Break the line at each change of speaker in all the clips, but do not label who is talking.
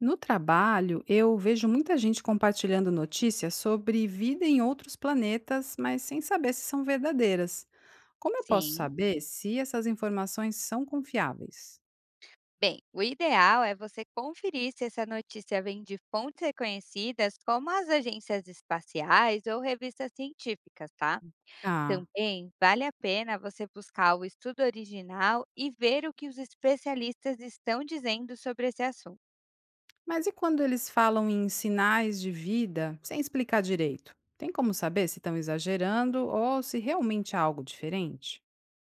No trabalho, eu vejo muita gente compartilhando notícias sobre vida em outros planetas, mas sem saber se são verdadeiras. Como eu posso
Sim.
saber se essas informações são confiáveis?
Bem, o ideal é você conferir se essa notícia vem de fontes reconhecidas, como as agências espaciais ou revistas científicas, tá?
Ah,
Também vale a pena você buscar o estudo original e ver o que os especialistas estão dizendo sobre esse assunto.
mas e quando eles falam em sinais de vida sem explicar direito? Tem como saber se estão exagerando ou se realmente há algo diferente?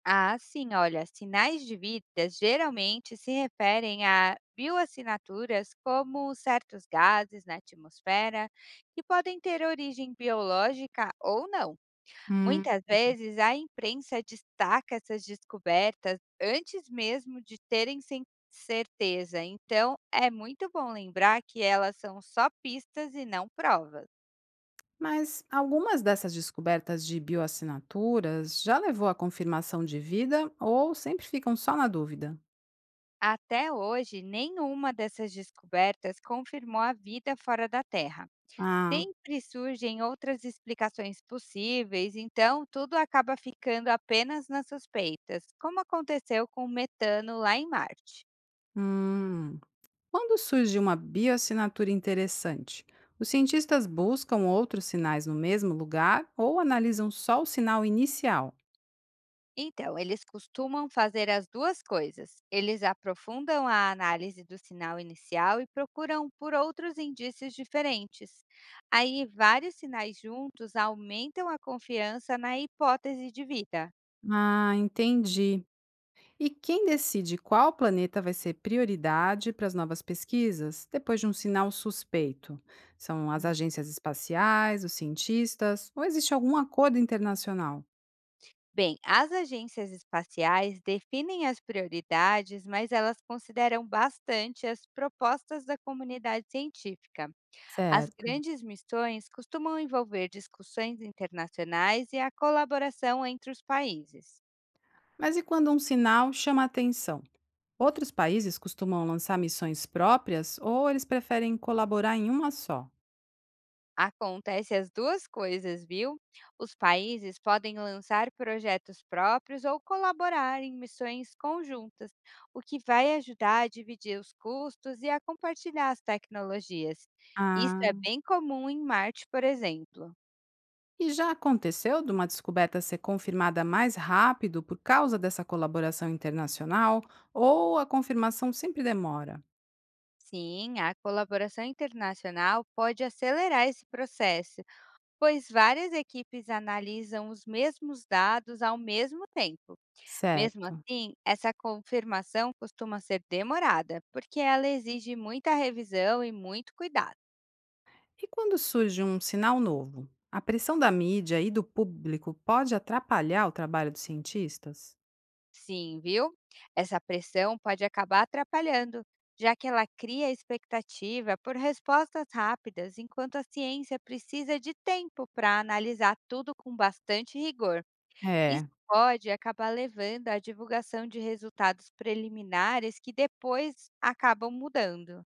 Ah, sim, olha, sinais de vida geralmente se referem a bioassinaturas como certos gases na atmosfera que podem ter origem biológica ou não.
Hum.
Muitas vezes, a imprensa destaca essas descobertas antes mesmo de terem certeza, então é muito bom lembrar que elas são só pistas e não provas.
Mas algumas dessas descobertas de bioassinaturas já levou à confirmação de vida ou sempre ficam só na dúvida?
Até hoje, nenhuma dessas descobertas confirmou a vida fora da Terra.
Ah,
Sempre surgem outras explicações possíveis, então tudo acaba ficando apenas nas suspeitas, como aconteceu com o metano lá em Marte.
hum. Quando surge uma bioassinatura interessante, os cientistas buscam outros sinais no mesmo lugar ou analisam só o sinal inicial?
Então, eles costumam fazer as duas coisas. Eles aprofundam a análise do sinal inicial e procuram por outros indícios diferentes. Aí, vários sinais juntos aumentam a confiança na hipótese de vida.
Ah, entendi. E quem decide qual planeta vai ser prioridade para as novas pesquisas depois de um sinal suspeito? São as
Hum,
agências espaciais, os cientistas, ou existe algum acordo internacional?
Bem, as agências espaciais definem as prioridades, mas elas consideram bastante as propostas da comunidade científica. As
Certo.
grandes missões costumam envolver discussões internacionais e a colaboração entre os países.
Mas e quando um sinal chama a atenção? Outros países costumam lançar missões próprias ou eles preferem colaborar em uma só.
Acontece as duas coisas, viu? Os países podem lançar projetos próprios ou colaborar em missões conjuntas, o que vai ajudar a dividir os custos e a compartilhar as tecnologias. Isso
Ah,
é bem comum em Marte, por exemplo.
e já aconteceu de uma descoberta ser confirmada mais rápido por causa dessa colaboração internacional ou a confirmação sempre demora?
Sim, a colaboração internacional pode acelerar esse processo, pois várias equipes analisam os mesmos dados ao mesmo tempo. Mesmo
Certo.
assim, essa confirmação costuma ser demorada, porque ela exige muita revisão e muito cuidado.
E quando surge um sinal novo, a pressão da mídia e do público pode atrapalhar o trabalho dos cientistas?
Sim, viu? Essa pressão pode acabar atrapalhando, já que ela cria expectativa por respostas rápidas, enquanto a ciência precisa de tempo para analisar tudo com bastante rigor. Isso
É.
pode acabar levando à divulgação de resultados preliminares que depois acabam mudando.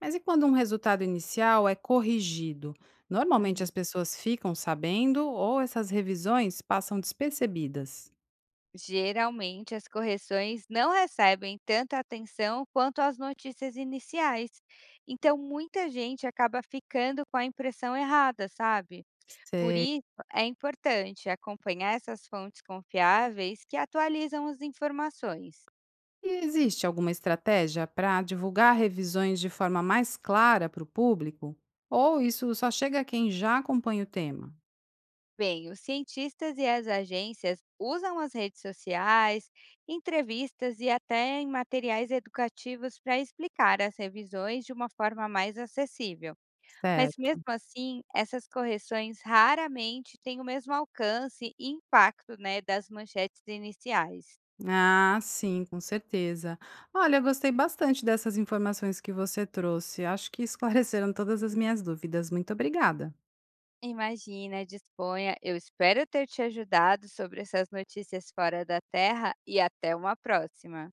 Mas e quando um resultado inicial é corrigido? Normalmente
Uhum.
as pessoas ficam sabendo ou essas revisões passam despercebidas?
Geralmente, as correções não recebem tanta atenção quanto as notícias iniciais. Então, muita gente acaba ficando com a impressão errada, sabe? Por
Cê-
isso, é importante acompanhar essas fontes confiáveis que atualizam as informações.
E existe alguma estratégia para divulgar revisões de forma mais clara para o público? Ou isso só chega a quem já acompanha o tema?
Bem, os cientistas e as agências usam as redes sociais, entrevistas e até em materiais educativos para explicar as revisões de uma forma mais acessível. Mas
Certo.
mesmo assim, essas correções raramente têm o mesmo alcance e impacto, né, das manchetes iniciais.
Ah, sim, com certeza. Olha, eu gostei bastante dessas informações que você trouxe. Acho que esclareceram todas as minhas dúvidas. Muito obrigada.
Imagina, disponha. Eu espero ter te ajudado sobre essas notícias fora da Terra e até uma próxima.